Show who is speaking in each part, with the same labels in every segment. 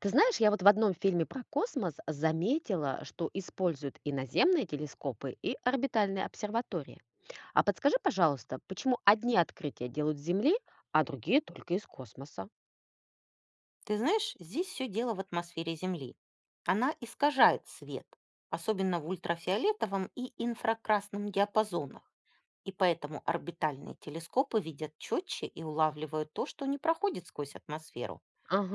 Speaker 1: Ты знаешь, я вот в одном фильме про космос заметила, что используют и наземные телескопы, и орбитальные обсерватории. А подскажи, пожалуйста, почему одни открытия делают с Земли, а другие только из космоса?
Speaker 2: Ты знаешь, здесь все дело в атмосфере Земли. Она искажает свет, особенно в ультрафиолетовом и инфракрасном диапазонах. И поэтому орбитальные телескопы видят четче и улавливают то, что не проходит сквозь атмосферу.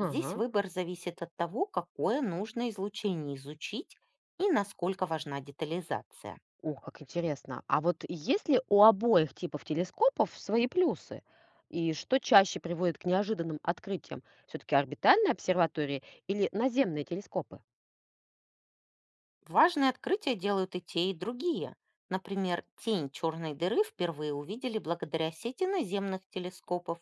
Speaker 2: Здесь выбор зависит от того, какое нужно излучение изучить и насколько важна детализация.
Speaker 1: как интересно. А вот есть ли у обоих типов телескопов свои плюсы? И что чаще приводит к неожиданным открытиям? Все-таки орбитальные обсерватории или наземные телескопы?
Speaker 2: Важные открытия делают и те, и другие. Например, тень черной дыры впервые увидели благодаря сети наземных телескопов,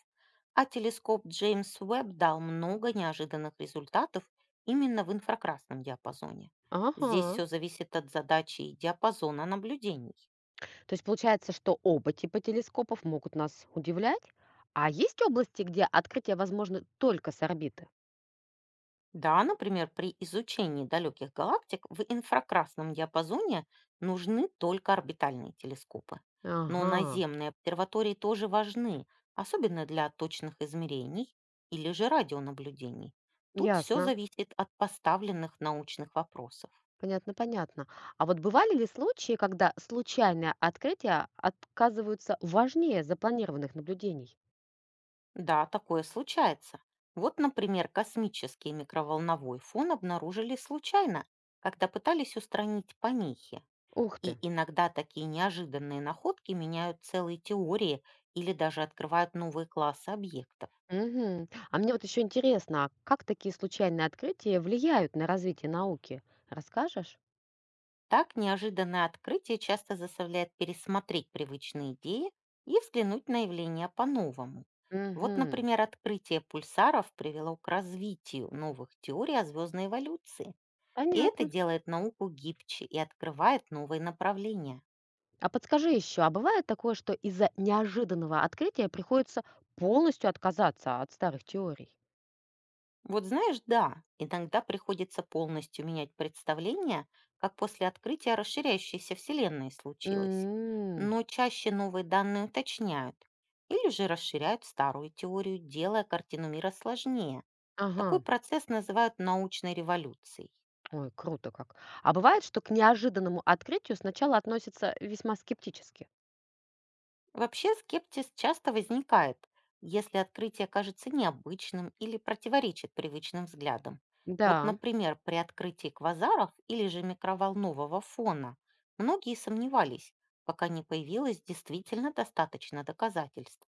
Speaker 2: а телескоп Джеймс Уэбб дал много неожиданных результатов именно в инфракрасном диапазоне. Здесь
Speaker 1: Ага.
Speaker 2: все зависит от задачи и диапазона наблюдений.
Speaker 1: То есть получается, что оба типа телескопов могут нас удивлять, а есть области, где открытия возможны только с орбиты?
Speaker 2: Да, например, при изучении далеких галактик в инфракрасном диапазоне нужны только орбитальные телескопы. Но
Speaker 1: Ага,
Speaker 2: наземные обсерватории тоже важны, особенно для точных измерений или же радионаблюдений. Тут все
Speaker 1: ясно.
Speaker 2: зависит от поставленных научных вопросов.
Speaker 1: Понятно, понятно. А вот бывали ли случаи, когда случайные открытия оказываются важнее запланированных наблюдений?
Speaker 2: Да, такое случается. Вот, например, космический микроволновой фон обнаружили случайно, когда пытались устранить помехи.
Speaker 1: Ух
Speaker 2: И
Speaker 1: ты.
Speaker 2: иногда такие неожиданные находки меняют целые теории или даже открывают новые классы объектов.
Speaker 1: Мгм. А мне вот еще интересно, а как такие случайные открытия влияют на развитие науки? Расскажешь?
Speaker 2: Так неожиданное открытие часто заставляет пересмотреть привычные идеи и взглянуть на явления по-новому. Вот,
Speaker 1: Угу.
Speaker 2: например, открытие пульсаров привело к развитию новых теорий о звездной эволюции. И это
Speaker 1: Понятно.
Speaker 2: делает науку гибче и открывает новые направления.
Speaker 1: А подскажи еще, а бывает такое, что из-за неожиданного открытия приходится полностью отказаться от старых теорий?
Speaker 2: Вот знаешь, да, иногда приходится полностью менять представление, как после открытия расширяющейся Вселенной случилось.
Speaker 1: М,
Speaker 2: Но чаще новые данные уточняют или же расширяют старую теорию, делая картину мира сложнее.
Speaker 1: ага,
Speaker 2: Такой процесс называют научной революцией.
Speaker 1: круто как. А бывает, что к неожиданному открытию сначала относятся весьма скептически.
Speaker 2: Вообще скептиз часто возникает, если открытие кажется необычным или противоречит привычным взглядам. Вот,
Speaker 1: Да,
Speaker 2: например, при открытии квазаров или же микроволнового фона многие сомневались, пока не появилось действительно достаточно доказательств.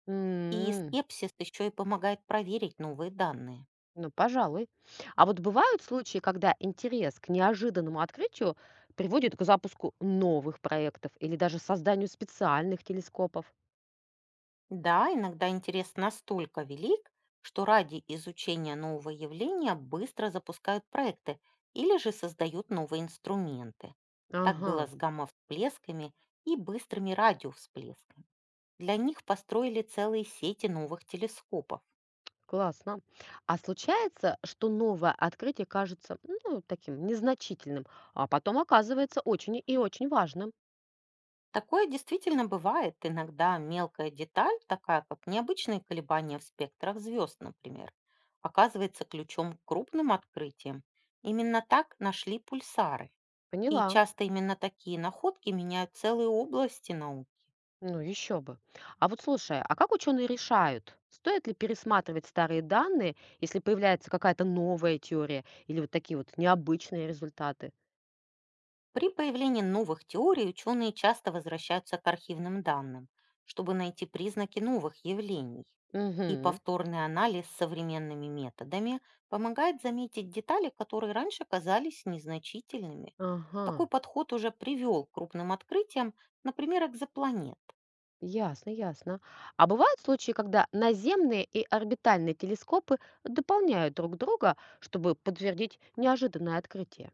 Speaker 2: И
Speaker 1: м,
Speaker 2: скепсис еще и помогает проверить новые данные.
Speaker 1: ну, пожалуй. А вот бывают случаи, когда интерес к неожиданному открытию приводит к запуску новых проектов или даже созданию специальных телескопов.
Speaker 2: Да, иногда интерес настолько велик, что ради изучения нового явления быстро запускают проекты или же создают новые инструменты. Так
Speaker 1: Ага.
Speaker 2: было с гамма-всплесками и быстрыми радиовсплесками. Для них построили целые сети новых телескопов.
Speaker 1: Классно. А случается, что новое открытие кажется, ну, таким незначительным, а потом оказывается очень и очень важным.
Speaker 2: Такое действительно бывает. Иногда мелкая деталь, такая как необычные колебания в спектрах звезд, например, оказывается ключом к крупным открытиям. Именно так нашли пульсары. И
Speaker 1: Поняла.
Speaker 2: часто именно такие находки меняют целые области науки.
Speaker 1: Ну, еще бы. А вот слушай, а как ученые решают, стоит ли пересматривать старые данные, если появляется какая-то новая теория или вот такие вот необычные результаты?
Speaker 2: При появлении новых теорий ученые часто возвращаются к архивным данным, чтобы найти признаки новых явлений. И
Speaker 1: Угу.
Speaker 2: повторный анализ современными методами помогает заметить детали, которые раньше казались незначительными.
Speaker 1: Ага.
Speaker 2: Такой подход уже привел к крупным открытиям, например, экзопланет.
Speaker 1: Ясно, ясно. А бывают случаи, когда наземные и орбитальные телескопы дополняют друг друга, чтобы подтвердить неожиданное открытие.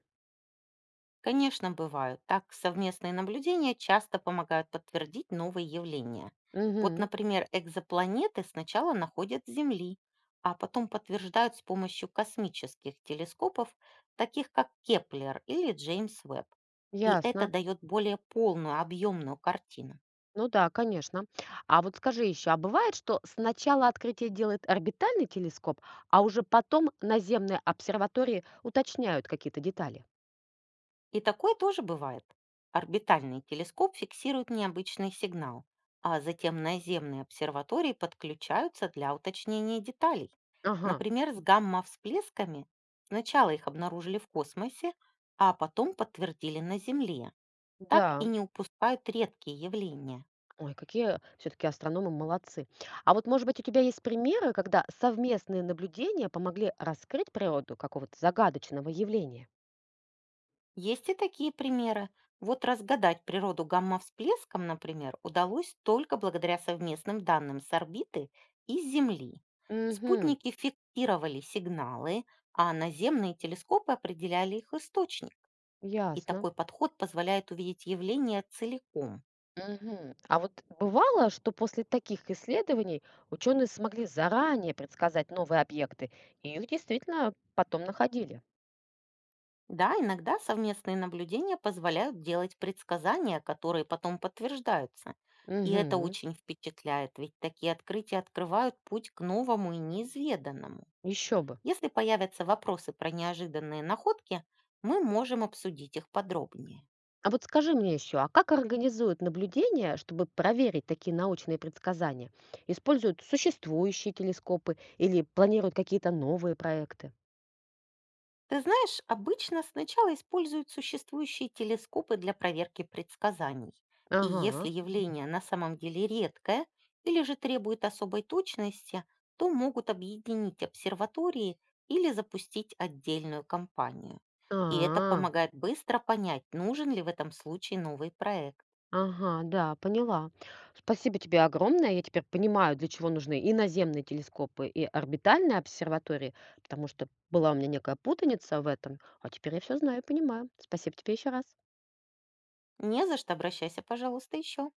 Speaker 2: Конечно, бывают. Так, совместные наблюдения часто помогают подтвердить новые явления. Вот,
Speaker 1: Угу,
Speaker 2: например, экзопланеты сначала находят с Земли, а потом подтверждают с помощью космических телескопов, таких как Кеплер или Джеймс Веб. И это
Speaker 1: ясно.
Speaker 2: дает более полную, объемную картину.
Speaker 1: Ну да, конечно. А вот скажи еще, а бывает, что сначала открытие делает орбитальный телескоп, а уже потом наземные обсерватории уточняют какие-то детали?
Speaker 2: И такое тоже бывает. Орбитальный телескоп фиксирует необычный сигнал, а затем наземные обсерватории подключаются для уточнения деталей.
Speaker 1: Ага,
Speaker 2: Например, с гамма-всплесками сначала их обнаружили в космосе, а потом подтвердили на Земле. Так и
Speaker 1: да.
Speaker 2: не упускают редкие явления.
Speaker 1: Ой, какие все-таки астрономы молодцы. А вот, может быть, у тебя есть примеры, когда совместные наблюдения помогли раскрыть природу какого-то загадочного явления?
Speaker 2: Есть и такие примеры. Вот разгадать природу гамма-всплеском, например, удалось только благодаря совместным данным с орбиты и с Земли.
Speaker 1: Угу,
Speaker 2: Спутники фиксировали сигналы, а наземные телескопы определяли их источник. И
Speaker 1: ясно.
Speaker 2: такой подход позволяет увидеть явление целиком.
Speaker 1: Мгм. А вот бывало, что после таких исследований ученые смогли заранее предсказать новые объекты, и их действительно потом находили.
Speaker 2: Да, иногда совместные наблюдения позволяют делать предсказания, которые потом подтверждаются. И это
Speaker 1: Угу.
Speaker 2: очень впечатляет, ведь такие открытия открывают путь к новому и неизведанному.
Speaker 1: Еще бы.
Speaker 2: Если появятся вопросы про неожиданные находки, мы можем обсудить их подробнее.
Speaker 1: А вот скажи мне еще, а как организуют наблюдения, чтобы проверить такие научные предсказания? Используют существующие телескопы или планируют какие-то новые проекты?
Speaker 2: Ты знаешь, обычно сначала используют существующие телескопы для проверки предсказаний. И если
Speaker 1: Ага,
Speaker 2: явление на самом деле редкое или же требует особой точности, то могут объединить обсерватории или запустить отдельную компанию. И это
Speaker 1: а,
Speaker 2: помогает быстро понять, нужен ли в этом случае новый проект.
Speaker 1: ага, да, поняла. Спасибо тебе огромное. Я теперь понимаю, для чего нужны и наземные телескопы, и орбитальные обсерватории, потому что была у меня некая путаница в этом, а теперь я все знаю и понимаю. Спасибо тебе еще раз.
Speaker 2: Не за что, обращайся, пожалуйста, еще.